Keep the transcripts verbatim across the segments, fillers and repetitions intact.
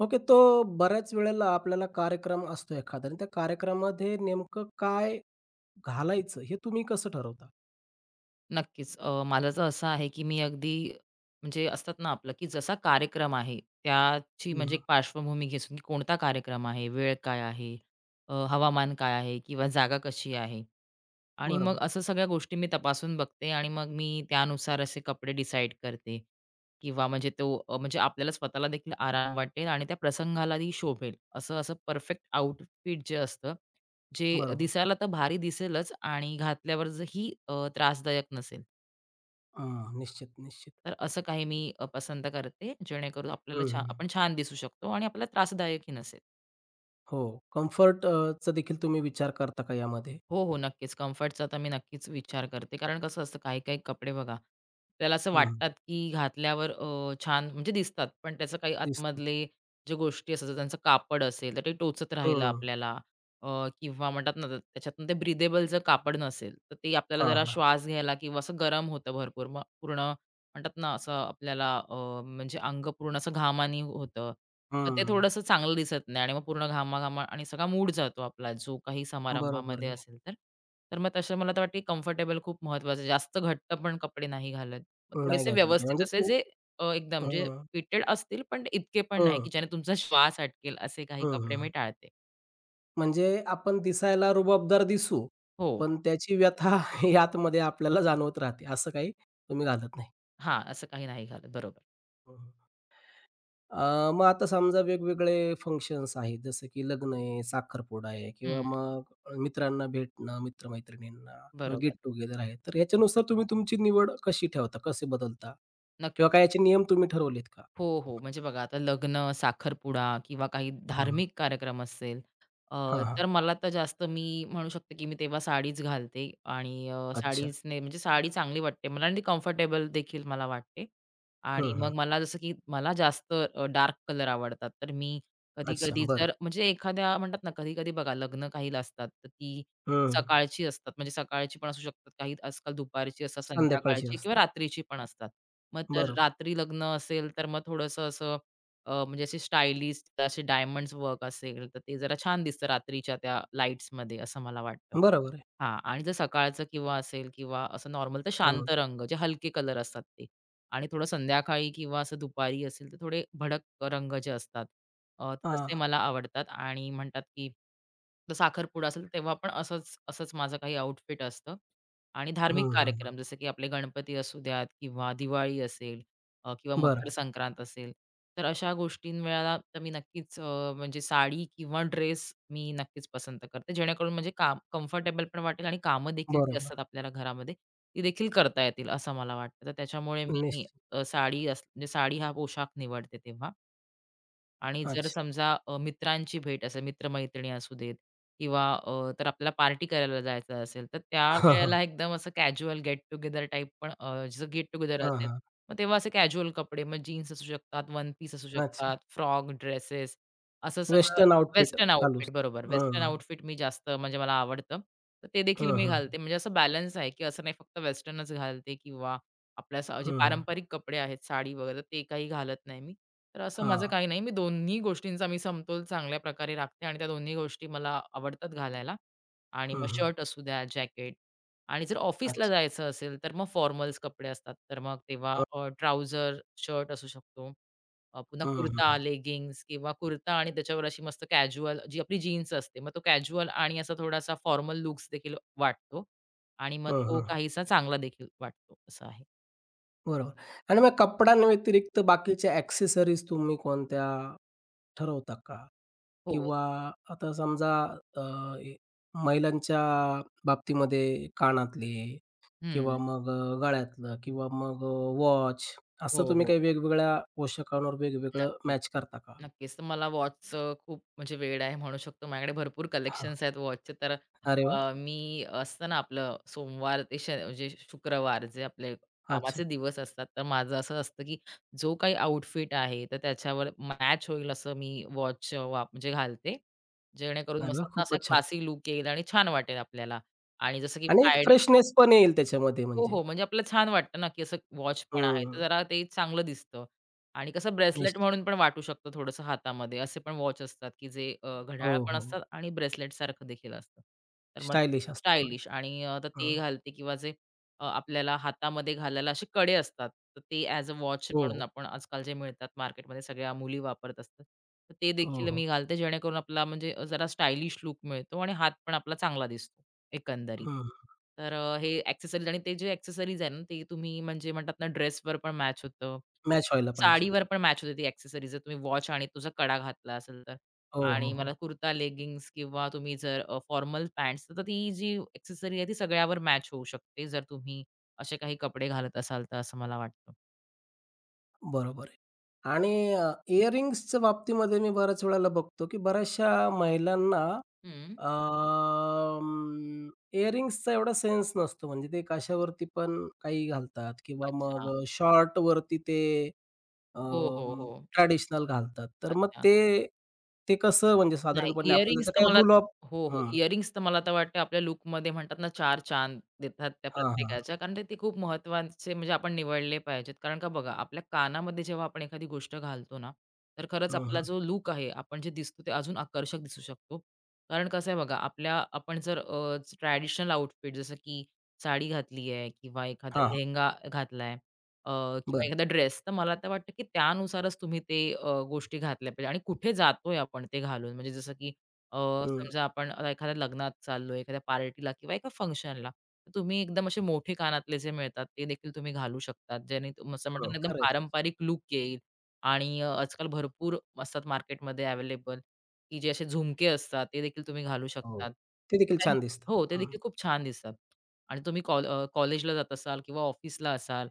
Okay. तो बऱ्याच वेळेला आपल्याला कार्यक्रम असतो एखादा आणि त्या कार्यक्रमामध्ये नेमकं काय घालायचं हे तुम्ही कसं ठरवता? नक्कीच. अ, मला तर असं आहे, की मी अगदी म्हणजे असतात ना आपलं, की जसा कार्यक्रम आहे त्याची म्हणजे हं. एक पार्श्वभूमी घेऊन, की कोणता कार्यक्रम आहे, वेळ काय आहे, अ, हवामान काय आहे किंवा जागा कशी आहे आणि मग बरोबर, असं सगळ्या गोष्टी मी तपासून बघते आणि मग मी त्यानुसार असे कपडे डिसाईड करते किंवा म्हणजे तो अ, म्हणजे आपल्याला स्वतःला देखील आराम वाटेल आणि त्या प्रसंगालाही शोभेल. असं असं परफेक्ट आउटफिट जे असतं, जे बरोबर. दिसायला तर भारी दिसेलच आणि घातल्यावर जर ही अ, त्रासदायक नसेल. हं. निश्चित, निश्चित. तर असं काही मी अ, पसंत करते, जेणेकरून हं, आपल्याला हं, छा हं. आपण छान दिसू शकतो आणि आपल्याला त्रासदायकही नसेल. हो. कम्फर्ट चा देखील तुम्ही विचार करता का यामध्ये? हो, हो, नक्कीच. कम्फर्टचा तर मी नक्कीच विचार करते. कारण कसं असतं काही-काही कपडे बघा, आपल्याला असं हं. वाटतात, की घातल्यावर अ, छान म्हणजे दिसतात. पण त्याचं काही दिसतं. आतमधले जे गोष्टी असतात, त्यांचं कापड असेल, तर ते टोचत राहिलं हं. आपल्याला अ, किंवा म्हणतात ना, त्याच्यातून ते ब्रिदेबल जर कापड नसेल, तर ते आपल्याला हां, जरा हां. श्वास घ्यायला किंवा असं गरम होतं भरपूर. मग पूर्ण म्हणतात ना असं आपल्याला अ, म्हणजे अंग पूर्ण असं घामानी होतं. मग ते हं. थोडंसं चांगलं दिसत नाही आणि मग पूर्ण घामा-घामा आणि सगळा मूड जातो आपला जो काही बरोबर समारंभामध्ये आहे. असेल तर. तर मग तसे मला तर वाटते कम्फर्टेबल खूप महत्त्वाचं आहे. जास्त घट्ट पण कपडे नाही घालत. मग नाही थोडेसे घातली पाहिजे. व्यवस्थित म्हणजे असे तू जे अ, एकदम जे हं. फिटेड असतील पण इतके पण नाही हं. की ज्याने तुमचा श्वास अटकेल असे काही हं, कपडे मी हं. टाळते. म्हणजे आपण दिसायला रुबाबदार दिसू, हो. पण त्याची व्यथा ही आपल्याला जाणवत राहते. असं काही तुम्ही घालत नाही. हां, असं काही नाही घालत. बरोबर. हं, हं. मग आता समजा वेगवेगळे फंक्शन्स आहेत, जसं की लग्न आहे, साखरपुडा आहे किंवा हं. मग मित्रांना भेटणं, मित्र-मैत्रिणींना किंवा गेट बरोबर. टुगेदर आहे. तर ह्याच्यानुसार तुम्ही तुमची निवड कशी ठेवता? कसे बदलता? नक्कीच. किंवा काय याचे नियम तुम्ही ठरवलेत का? हो, हो. म्हणजे बघा आता लग्न, साखरपुडा किंवा काही हं, हं. धार्मिक कार्यक्रम असेल, अ, हां, तर मला तर जास्त मी म्हणू शकते, की मी तेव्हा साडीच घालते आणि अ, अच्छा. साडीचने म्हणजे साडी चांगली वाटते मला आणि ती कम्फर्टेबल देखील मला वाटते. आणि हं, मग हं. मला जसं की मला जास्त डार्क कलर आवडतात. तर मी अच्छा, कधी-कधी बरं. जर म्हणजे एखाद्या म्हणतात ना, कधी-कधी बघा लग्न काही असतात, तर ती हं. सकाळची असतात. म्हणजे सकाळची पण असू शकतात, काही आजकाल दुपारची असतात, संध्याकाळची संध्याकाळची किंवा असतात. रात्रीची पण असतात. मग तर बरोबर. रात्री लग्न असेल, तर मग थोडंसं असं अ, म्हणजे असे स्टायलिश असे डायमंड्स वर्क असेल, तर ते जरा छान दिसतं रात्रीच्या त्या लाईट्समध्ये असं मला वाटतं. बरोबर आहे. हां. आणि जर सकाळचं किंवा असेल किंवा असं नॉर्मल तर हं. शांत रंग जे हलके कलर असतात ते आणि थोडं संध्याकाळी किंवा असं दुपारी असेल तर थोडे भडक रंग जे असतात अ, तसे हां. मला आवडतात आणि म्हणतात की तर साखरपुडा असेल तेव्हा पण असंच असंच माझं काही आउटफिट असतं आणि धार्मिक हं, हं, कार्यक्रम जसं की आपले गणपती असू द्यात किंवा दिवाळी असेल अ, किंवा मकर बरं. संक्रांत असेल. तर अशा गोष्टींवेळेला तर मी नक्कीच अ, म्हणजे साडी किंवा ड्रेस मी नक्कीच पसंत करते. जेणेकरून म्हणजे काम कम्फर्टेबल पण वाटेल आणि कामं देखील जी बरोबर. असतात आपल्याला घरामध्ये, ती देखील करता येतील असं मला वाटतं. तर त्याच्यामुळे मी निश्चित. अ, साडी अस म्हणजे साडी हा पोशाख निवडते तेव्हा. आणि जर अच्छा. समजा अ, मित्रांची भेट असेल, मित्र-मैत्रिणी असू देत किंवा अ, तर आपल्याला पार्टी करायला जायचं असेल, तर हां, हां. त्यावेळेला एकदम असं कॅज्युअल गेट टुगेदर टाइप पण अ, जसं गेट टुगेदर हां, असेल, हां. मग तेव्हा असे कॅज्युअल कपडे मग जीन्स असू शकतात, वन पीस असू अच्छा. शकतात, फ्रॉक, ड्रेसेस असं सगळं वेस्टर्न आउटफिट वेस्टर्न घालू. आउटफिट बरोबर. हं, वेस्टर्न आउटफिट मी जास्त म्हणजे मला आवडतं. तर ते देखील हं, मी हं. घालते. म्हणजे असं बॅलन्स आहे, की असं नाही फक्त वेस्टर्नच घालते किंवा आपल्या सा जे हं, हं. पारंपरिक कपडे आहेत, साडी वगैरे ते काही घालत नाही मी. तर असं माझं हां. काही नाही. मी दोन्ही गोष्टींचा मी समतोल चांगल्या प्रकारे राखते आणि त्या दोन्ही गोष्टी मला आवडतात घालायला. आणि मग हं, हं. शर्ट असू द्या, जॅकेट आणि जर ऑफिसला अच्छा. जायचं असेल, तर मग फॉर्मल्स कपडे असतात. तर मग तेव्हा अ, शर्ट असू शकतो. अ, पुन्हा हं, कुर्ता, हं. लेगिंग्ज किंवा कुर्ता आणि त्याच्यावर अशी मस्त कॅज्युअल जी आपली जीन्स असते. मग तो कॅज्युअल आणि असा थोडासा फॉर्मल लुक्स देखील वाटतो आणि मग हं, तो हं. काहीसा चांगला देखील वाटतो. असं आहे. बरोबर. आणि मग कपड्यांव्यतिरिक्त बाकीच्या ॲक्सेसरीज तुम्ही कोणत्या ठरवता का? हो. किंवा आता समजा अ, ए महिलांच्या बाबतीमध्ये कानातले किंवा हं. मग अ, गळ्यातलं किंवा मग अ, वॉच असं हो, तुम्ही हो, काही हो. वेगवेगळ्या पोशाखांवर वेगवेगळं नक्कीच. मॅच करता का? नक्कीच. तर मला वॉचचं खूप म्हणजे वेड आहे म्हणू शकतो. माझ्याकडे भरपूर हां. कलेक्शन्स आहेत वॉचचे. तर अरे वाह! अ, मी असतं ना आपलं सोमवार ते श म्हणजे शुक्रवार जे आपले अच्छा. कामाचे दिवस असतात, तर माझं असं असतं, की जो काही आउटफिट आहे, तर त्याच्यावर मॅच होईल असं मी वॉच वाप म्हणजे घालते. जेणेकरून अरे मस्त वाह! ना असा खूपच छान. क्लासी लूक येईल आणि छान वाटेल आपल्याला. आणि जसं की आणि एक फ्रायडे फ्रेशनेस पण येईल त्याच्यामध्ये हो, म्हणजे. हो. म्हणजे आपल्याला छान वाटतं ना, की असं वॉच पण आहे, तर हं. जरा ते चांगलं दिसतं आणि कसं ब्रेसलेट निश्चित. म्हणून पण वाटू शकतं थोडंसं हातामध्ये. असे पण वॉच असतात, की जे अ, हो, घड्याळ हो. पण हो. असतात आणि ब्रेसलेटसारखं देखील असतं. तर मग स्टायलिश असतात थोडे. स्टायलिश आणि अ, तर ते हां. घालते किंवा जे अ, आपल्याला हातामध्ये घालायला असे कडे असतात, तर ते ॲज अ वॉच म्हणून हो, आपण आजकाल जे मिळतात मार्केटमध्ये सगळ्या मुली वापरत असतात. तर ते हो, देखील हो. मी घालते जेणेकरून आपला म्हणजे अ, जरा स्टायलिश लूक मिळतो आणि हात पण आपला चांगला दिसतो. एकंदरीत. हं. तर अ, हे एक्सेसरीज आणि ते जे एक्सेसरीज आहे ना, ते तुम्ही म्हणजे म्हणतात ना, ड्रेसवर पण मॅच होतं. मॅच व्हायला पाहिजेत. साडीवर पण मॅच होते ती एक्सेसरीज. जर तुम्ही वॉच आणि तुझा कडा घातला असेल तर. हो, हो, आणि मला हो. कुर्ता, लेगिंग्ज किंवा तुम्ही जर फॉर्मल पॅन्ट्स तर ती जी एक्सेसरी आहे ती सगळ्यावर मॅच होऊ शकते, जर तुम्ही असे काही कपडे घालत असाल तर, असं मला वाटतं. बरोबर आहे. आणि अ, इयरिंग्सच्या बाबतीमध्ये मी बऱ्याच वेळेला बघतो, की बऱ्याचशा महिलांना हं. अं, इयरिंग्सचा एवढा सेन्स नसतो. म्हणजे ते कशावरती पण काही घालतात किंवा मग अच्छा. अ, शॉर्टवरती ते अ, हो, हो, हो. घालतात. तर मग अच्छा. ते ते कसं म्हणजे नाही, साधारणपणे आपल्याला इयरिंग्स त्याचा तर काही मला रूल तर- ऑफ हो, हो. हं. इयरिंग्स तर मला तर वाटतं आपल्या लूकमध्ये म्हणतात ना चार चांद देतात त्या हां, हां. प्रत्येकाच्या. कारण ते ते खूप महत्त्वाचे म्हणजे आपण निवडले पाहिजेत. कारण का बघा आपल्या कानामध्ये जेव्हा आपण एखादी गोष्ट घालतो ना, तर खरंच आपला जो लूक आहे, आपण जे दिसतो ते अजून आकर्षक दिसू शकतो. कारण कसं आहे बघा आपल्या आपण जर ट्रॅडिशनल आउटफिट जसं की साडी घातली आहे किंवा एखादा हां, हां. लेहंगा घातलाय अ, किंवा बरं. एखादा ड्रेस, तर मला तर वाटतं की त्यानुसारच तुम्ही ते अ, गोष्टी घातल्या पाहिजे आणि कुठे जातोय आपण ते घालून. म्हणजे जसं की अ, हं, समजा आपण आता एखाद्या लग्नात चाललोय, एखाद्या पार्टीला किंवा एका फंक्शनला, तर तुम्ही एकदम असे मोठे कानातले जे मिळतात, ते देखील तुम्ही घालू शकतात. ज्याने तुम असं म्हणतात हं. ना, एकदम खरं आहे तुमचं. पारंपरिक लूक येईल आणि अ, आजकाल भरपूर असतात मार्केटमध्ये अवेलेबल, की जे असे झुमके असतात, ते देखील तुम्ही घालू हो. शकतात. ते देखील आणि छान दिसतात. हो, ते हं, देखील खूप छान दिसतात. आणि तुम्ही कॉल अ, कॉलेजला जात असाल किंवा ऑफिसला असाल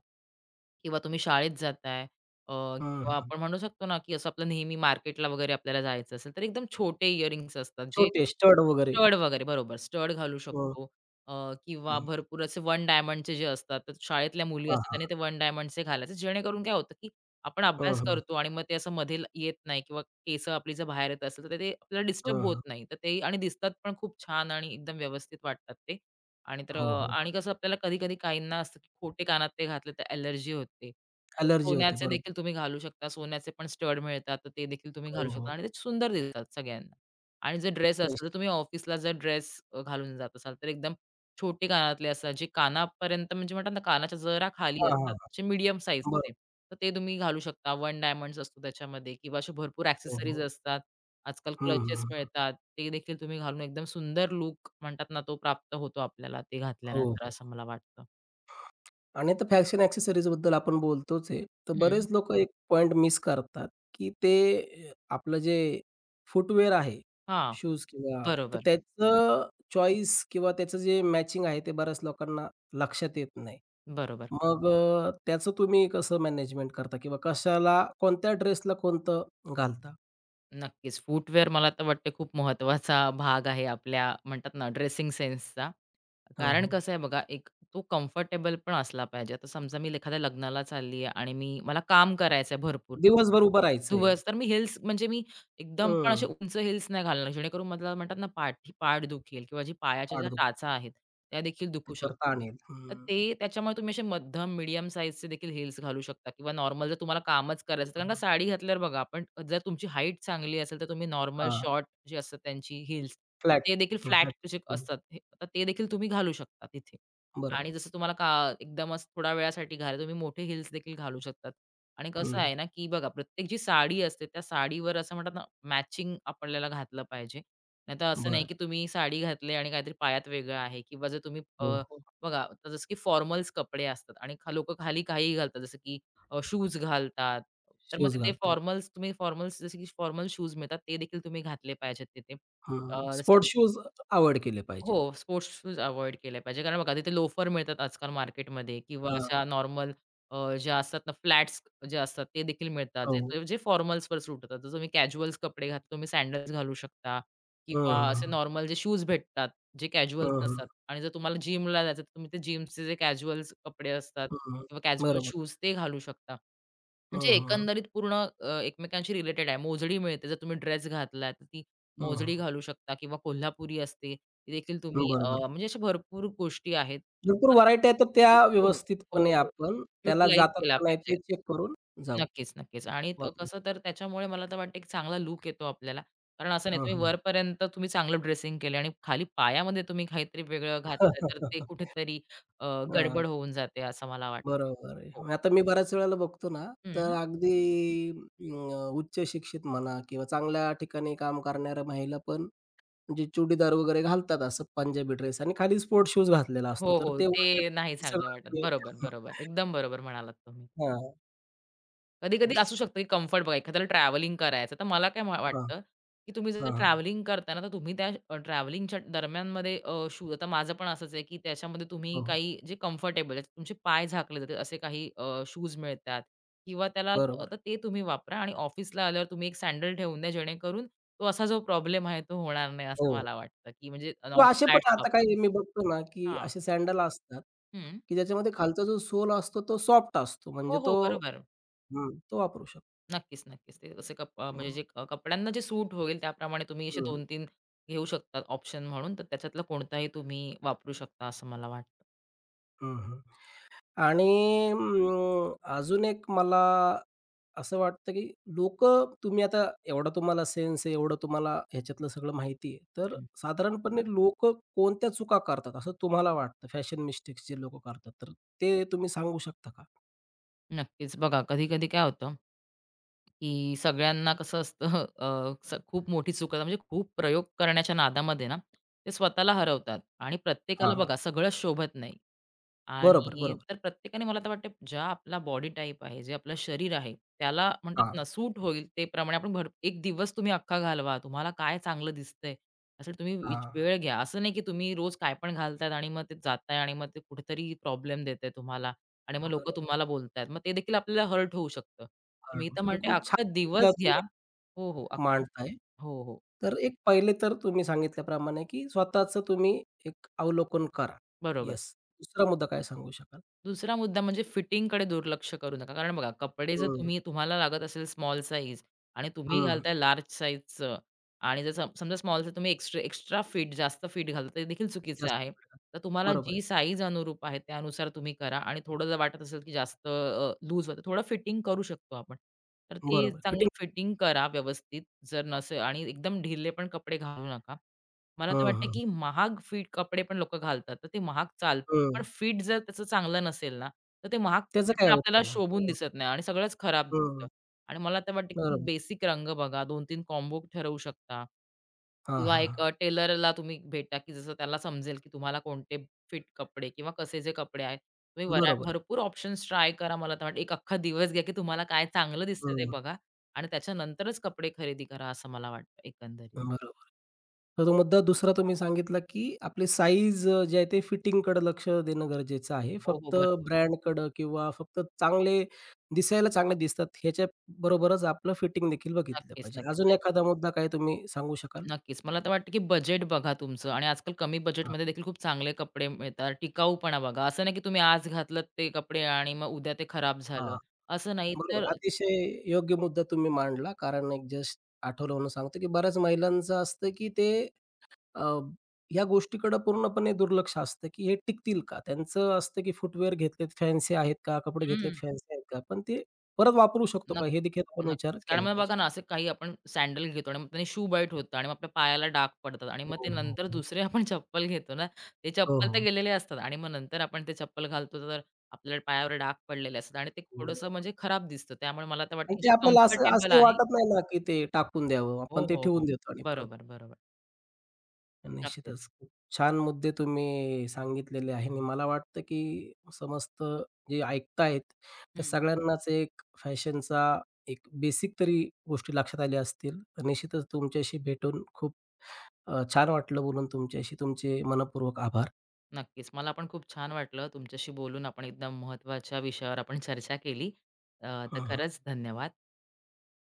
किंवा तुम्ही शाळेत जाताय अ, हं, किंवा हं. आपण म्हणू शकतो ना, की असं आपलं नेहमी मार्केटला वगैरे आपल्याला जायचं असेल, तर एकदम छोटे इयरिंग्स असतात जे छोटे स्टड वगैरे. स्टड वगैरे बरोबर स्टड घालू हं, शकतो अ, किंवा हं. भरपूर असे वन डायमंडचे जे असतात, तर शाळेतल्या मुली हां, असतात त्याने हां. ते वन डायमंडचे घालायचे. जेणेकरून काय होतं, की आपण हं, अभ्यास हं. करतो आणि मग ते असं मध्ये येत नाही किंवा केस आपली जर बाहेर येत असेल, तर ते ते आपल्याला डिस्टर्ब हं, होत हं. नाही. तर ते आणि दिसतात पण खूप छान आणि एकदम व्यवस्थित वाटतात ते. आणि तर अ, हो, हो. आणि कसं आपल्याला कधी-कधी काहींना असतं, की खोटे कानात ते घातले तर एलर्जी होते. तर ॲलर्जी होते. सोन्याचे बरोबर. देखील तुम्ही घालू शकता. सोन्याचे पण स्टड मिळतात, तर ते देखील तुम्ही हो, घालू शकता हो. आणि ते सुंदर दिसतात सगळ्यांना. आणि जर ड्रेस असेल, तर निश्चित. तुम्ही ऑफिसला जर ड्रेस घालून जात असाल, तर एकदम छोटे कानातले असतात, जे कानापर्यंत म्हणजे म्हणतात ना, कानाच्या जरा खाली हां, हां, असतात, हां. जे मीडियम बरोबर. साईजचे. तर ते तुम्ही घालू शकता. वन डायमंड असतो त्याच्यामध्ये किंवा असे भरपूर हो, एक्सेसरीज हो. असतात. आजकाल हं, क्लचेस हं. मिळतात. ते देखील तुम्ही घालून एकदम सुंदर लूक म्हणतात ना, तो प्राप्त होतो आपल्याला ते हो. घातल्यानंतर, हो. असं मला वाटतं. आणि आता फॅशन ॲक्सेसरीजबद्दल आपण बोलतोच आहे. तर हं. बरेच लोकं एक पॉइंट मिस करतात, की ते अ, आपलं जे फूटवेअर आहे, हां. शूज किंवा तर बरोबर, त्याचं चॉईस किंवा त्याचं जे मॅचिंग आहे, ते बऱ्याच लोकांना लक्षात येत नाही. बरोबर. मग अ, त्याचं तुम्ही कसं मॅनेजमेंट करता किंवा कशाला कोणत्या ड्रेसला कोणतं घालता? नक्कीच. फूटवेअर मला तर वाटते खूप महत्त्वाचा भाग आहे आपल्या म्हणतात ना ड्रेसिंग सेन्सचा. हो, कारण हो. कसं आहे बघा, एक तो कम्फर्टेबल पण असला पाहिजे. आता समजा मी एखाद्या लग्नाला चालली आहे आणि मी मला काम करायचं आहे भरपूर, तर मी दिवसभर उभं राहायचंय. दिवस तर मी हिल्स म्हणजे मी एकदम पण असे हं. उंच हिल्स नाही घालणार, जेणेकरून मला म्हणतात ना पाठी पाठ दुखेल किंवा जी पायाच्या पाठ ज्या दुखते, टाचा आहेत, त्या देखील दुखू त्याच्यावर शकतात. हं. ताण येईल. तर हं. ते त्याच्यामुळे तुम्ही असे मध्यम, मीडियम साइजचे देखील हिल्स घालू शकता किंवा नॉर्मल जर तुम्हाला कामच करायचं असेल. कारण का हं. साडी घातल्यावर बघा आपण जर तुमची हाईट चांगली असेल, तर तुम्ही नॉर्मल हां. शॉर्ट जे असतात त्यांची हिल्स फ्लॅट. ते देखील फ्लॅट फ्लॅट. जे असतात, हे- तर ते देखील तुम्ही घालू शकता तिथे. बरोबर. आणि जसं तुम्हाला का एकदमच थोड्या वेळासाठी घालायला तुम्ही मोठे हिल्स देखील घालू शकतात. आणि कसं हं. आहे ना, की बघा प्रत्येक जी साडी असते त्या साडीवर असं म्हणतात ना, मॅचिंग आपल्याला घातलं पाहिजे. नाहीतर असं नाही, बरं. की तुम्ही साडी घातली आणि काहीतरी पायात वेगळं आहे किंवा जर तुम्ही हो, हो. बघा, आता जसं की फॉर्मल्स कपडे असतात आणि लोक खाली काही घालतात, जसं की शूज घालतात. तर मग शूज तिथे घालतात. फॉर्मल्स तुम्ही फॉर्मल्स जसे की फॉर्मल शूज मिळतात, ते देखील तुम्ही घातले पाहिजेत तिथे. हां. अ, जसं की स्पोर्ट्स शूज अव्हॉइड केले हो, पाहिजेत. स्पोर्ट्स शूज अव्हॉइड केले पाहिजे. कारण बघा तिथे लोफर मिळतात आजकाल मार्केटमध्ये किंवा हां, अशा नॉर्मल अ, ज्या असतात ना फ्लॅट्स जे असतात ते देखील मिळतात. हो. जे जे फॉर्मल्सवर सूट होतात. जर तुम्ही कॅज्युअल्स कपडे घातले तुम्ही सॅडल्स घालू शकता हं, किंवा हं, असे हं. नॉर्मल जे शूज भेटतात, जे कॅज्युअल्स हं, नसतात हं. आणि जर तुम्हाला जिमला जायचं तर तुम्ही ते जिमचे जे कॅज्युअल्स कपडे असतात किंवा कॅज्युअल बरोबर. शूज ते घालू शकता. म्हणजे हं, हं. एकंदरीत पूर्ण अ, एकमेकांशी रिलेटेड आहे. मोजडी मिळते. जर तुम्ही ड्रेस घातलाय, तर ती हं, मोजडी हं. घालू शकता किंवा कोल्हापुरी असते. ती देखील तुम्ही अ, बरोबर आहे. म्हणजे अशा भरपूर गोष्टी आहेत. भरपूर चपला व्हरायटी आहे, तर त्या भरपूर. हो, व्यवस्थितपणे हो. आपण त्याला युटिलाइज जातात केला का नाही पाहिजे. ते चेक करून जाऊ नक्कीच, नक्कीच. आणि त वापरू. कसं तर त्याच्यामुळे मला तर वाटतं, की चांगला लूक येतो आपल्याला. कारण असं नाही, हं, तुम्ही हं. वरपर्यंत तुम्ही चांगलं ड्रेसिंग केलं आणि खाली पायामध्ये तुम्ही काहीतरी वेगळं घातलं, तर ते कुठेतरी अ, हां, गडबड होऊन जाते असं मला वाटतं. बरोबर आहे. हो. मग आता मी बऱ्याच वेळेला बघतो ना, तर हं. अगदी अ, उच्च शिक्षित म्हणा किंवा चांगल्या ठिकाणी काम करणाऱ्या महिला पण जे चुडीदार वगैरे घालतात असं पंजाबी ड्रेस आणि खाली स्पोर्ट्स शूज घातलेला हो, असतो. तर हो. ते ते वरचे नाही चांगलं सगळं वाटत. ते बरोबर, बरोबर. एकदम बरोबर म्हणालात तुम्ही. हां, कधी-कधी असू निश्चित. शकतं, की कम्फर्ट बघा, एखाद्याला ट्रॅव्हलिंग करायचं. तर मला काय मा हां, वाटतं, की तुम्ही जर हां, हां. ट्रॅव्हलिंग करताना तर तुम्ही त्या अ, ट्रॅव्हलिंगच्या दरम्यानमध्ये अ, शूज, आता माझं पण असंच आहे, की त्याच्यामध्ये तुम्ही हो, हो. काही जे कम्फर्टेबल आहेत, तुमचे पाय झाकले जातील असे काही शूज मिळतात किंवा त्याला, बरोबर. तर ते तुम्ही वापरा आणि ऑफिसला आल्यावर तुम्ही एक सँडल ठेवून द्या, जेणेकरून तो असा जो प्रॉब्लेम आहे तो होणार नाही असं हो. मला वाटतं. की म्हणजे किंवा असे फ्लॅट्स पण आता वापरा. काही मी बघतो ना, की हां. असे सँडल असतात, हं. की ज्याच्यामध्ये खालचा जो सोल असतो तो सॉफ्ट असतो हो, म्हणजे हो. तो बरोबर. हं, तो वापरू शकतो. नक्कीच, नक्कीच. ते जसे कप अ, म्हणजे हं, जे क- कपड्यांना जे सूट होईल त्याप्रमाणे तुम्ही असे दोन तीन घेऊ शकता ऑप्शन म्हणून. तर त्याच्यातला कोणताही तुम्ही वापरू शकता असं मला वाटतं. हं, हं. आणि अं, अजून एक मला असं वाटतं, की लोक तुम्ही आता एवढा तुम्हाला सेन्स आहे, एवढं तुम्हाला ह्याच्यातलं सगळं माहिती आहे. तर हं. साधारणपणे लोकं कोणत्या चुका करतात असं तुम्हाला वाटतं? फॅशन मिस्टेक्स जे लोकं करतात, तर ते तुम्ही सांगू शकता का? नक्कीच. बघा, कधी-कधी काय होतं, की सगळ्यांना कसं असतं अ, स खूप मोठी चूक आहे, म्हणजे खूप प्रयोग करण्याच्या नादामध्ये ना, ते स्वतःला हरवतात आणि प्रत्येकाला हां. बघा, सगळं शोभत नाही. बरोबर, आणि बरोबर. तर प्रत्येकाने, मला तर वाटते, ज्या आपला बॉडी टाइप आहे, जे आपलं शरीर आहे, त्याला म्हणतात हां, ना, सूट होईल ते प्रमाणे आपण भर एक दिवस तुम्ही अख्खा घालवा. तुम्हाला काय चांगलं दिसतंय यासाठी तुम्ही विच हां. वेळ घ्या. असं नाही, की तुम्ही रोज काय पण घालतायत आणि मग ते जाताय आणि मग ते कुठेतरी प्रॉब्लेम देतंय तुम्हाला आणि मग लोकं बरोबर आहे. तुम्हाला बोलतायत. मग ते देखील आपल्याला हर्ट होऊ शकतं. तर मी आर्ट तर विषय तर म्हणते, खूप छान अख्खा मुद्दा दिवस घ्या. तुम्ही हो, हो. अख्खा. मांडताय. हो, हो. तर एक पहिले तर तुम्ही सांगितल्याप्रमाणे, की स्वतःचं तुम्ही एक अवलोकन करा. बरोबर. येस. दुसरा मुद्दा काय सांगू शकाल? दुसरा मुद्दा म्हणजे फिटिंगकडे दुर्लक्ष करू नका. कारण बघा, कपडे जर हं, तुम्ही, तुम्हाला लागत असेल स्मॉल साईज आणि तुम्ही हं. घालताय लार्ज साईजचं, आणि जर सम समजा स्मॉल साईज तुम्ही एक्स्ट्रा एक्स्ट्रा फिट, जास्त फिट घालता, ते देखील चुकीचं जास्त आहे. पडतात. तर तुम्हाला बरोबर जी आहे. साईज अनुरूप आहे त्यानुसार तुम्ही करा आणि थोडं जर वाटत असेल की जास्त अ, लूज होतं, थोडं फिटिंग करू शकतो आपण. तर ते बरोबर चांगलं फिटिंग फिटिंग करा. व्यवस्थित जर नसेल आणि एकदम ढिले पण कपडे घालू नका. मला तर हं, वाटतं, हं. की महाग फिट कपडे पण लोकं घालतात. तर ते महाग चालतील. पण हं. फिट जर त्याचं चांगलं नसेल ना, तर ते महाग त्याचं कपडे काही पण आपल्याला अवघड नाही. शोभून दिसत नाही आणि सगळंच खराब हं, दिसतं. हं. आणि मला तर वाटतं, की बरोबर. बेसिक रंग बघा, दोन तीन कॉम्बो ठरवू शकता हां, किंवा हां, एक हां. अ, टेलरला तुम्ही भेटा, की जसं त्याला समजेल, की तुम्हाला कोणते फिट कपडे किंवा कसे जे कपडे आहेत. तुम्ही वरा बरोबर आहे. भरपूर ऑप्शन्स ट्राय करा. मला तर वाटतं, एक अख्खा दिवस घ्या, की तुम्हाला काय चांगलं दिसतं ते हं. बघा आणि त्याच्यानंतरच कपडे खरेदी करा, असं मला वाटतं एकंदरीत. बरोबर. तर तो मुद्दा दुसरा तुम्ही सांगितला, की आपली साईज अ, जे आहे ते फिटिंगकडे लक्ष देणं गरजेचं आहे. हो, हो. फक्त भरपूर. ब्रँडकडं किंवा फक्त चांगले दिसायला चांगले दिसतात ह्याच्या बरोबरच आपलं फिटिंग देखील बघितलं नक्कीच, पाहिजे. अजून नक्कीच. एखादा मुद्दा काही तुम्ही सांगू शकाल? नक्कीच. मला तर वाटतं, की बजेट बघा तुमचं आणि आजकाल कमी हां, बजेटमध्ये देखील खूप चांगले कपडे मिळतात. टिकाऊपणा बघा. असं नाही, की तुम्ही आज घातलत ते कपडे आणि मग उद्या ते खराब झालं. हां. असं नाही बरोबर. तर. अतिशय योग्य मुद्दा तुम्ही मांडला. कारण एक जस्ट आठवल्यावरून सांगतो, की बऱ्याच महिलांचं असतं, की ते अ, ह्या गोष्टीकडे पूर्णपणे दुर्लक्ष असतं, की हे टिकतील का? त्यांचं असतं, की फुटवेअर घेतलेत फॅन्सी आहेत का? कपडे घेतलेत हं. फॅन्सी आहेत का? पण ते परत वापरू शकतो का? नक्क हे देखील आपण विचार नक्कीच. कारण केला मग पाहिजे. बघा ना, असे काही आपण सँडल घेतो आणि मग त्याने शू बाईट होतं आणि मग आपल्या पायाला डाग पडतात आणि मग हो, ते हो, नंतर हो. दुसरे आपण चप्पल घेतो ना, ते हो, चप्पल तर हो. गेलेले असतात आणि मग नंतर आपण ते चप्पल घालतो, तर आपल्या पायावर डाग पडलेले असतात आणि ते हो. थोडंसं म्हणजे खराब दिसतं. त्यामुळे मला तर आणि वाटतं, ते जे आपल्याला असं कम्फर्टेबल असंही आहे. वाटत नाही ना, की ते टाकून द्यावं. हो, आपण ते हो, हो. ठेवून देतो आणि परत बरोबर, बरोबर. निश्चितच. नक्कीच. खूप छान मुद्दे तुम्ही सांगितलेले आहे आणि मला वाटतं, की समस्त जे ऐकतायत, त्या हं. सगळ्यांनाच एक फॅशनचा एक बेसिक तरी गोष्टी लक्षात आल्या असतील. तर निश्चितच तुमच्याशी भेटून खूप अ, छान वाटलं बोलून तुमच्याशी. तुमचे मनःपूर्वक आभार. नक्कीच. मला पण खूप छान वाटलं तुमच्याशी बोलून. आपण एकदम महत्त्वाच्या विषयावर आपण चर्चा केली. अ, तर हं. खरंच धन्यवाद.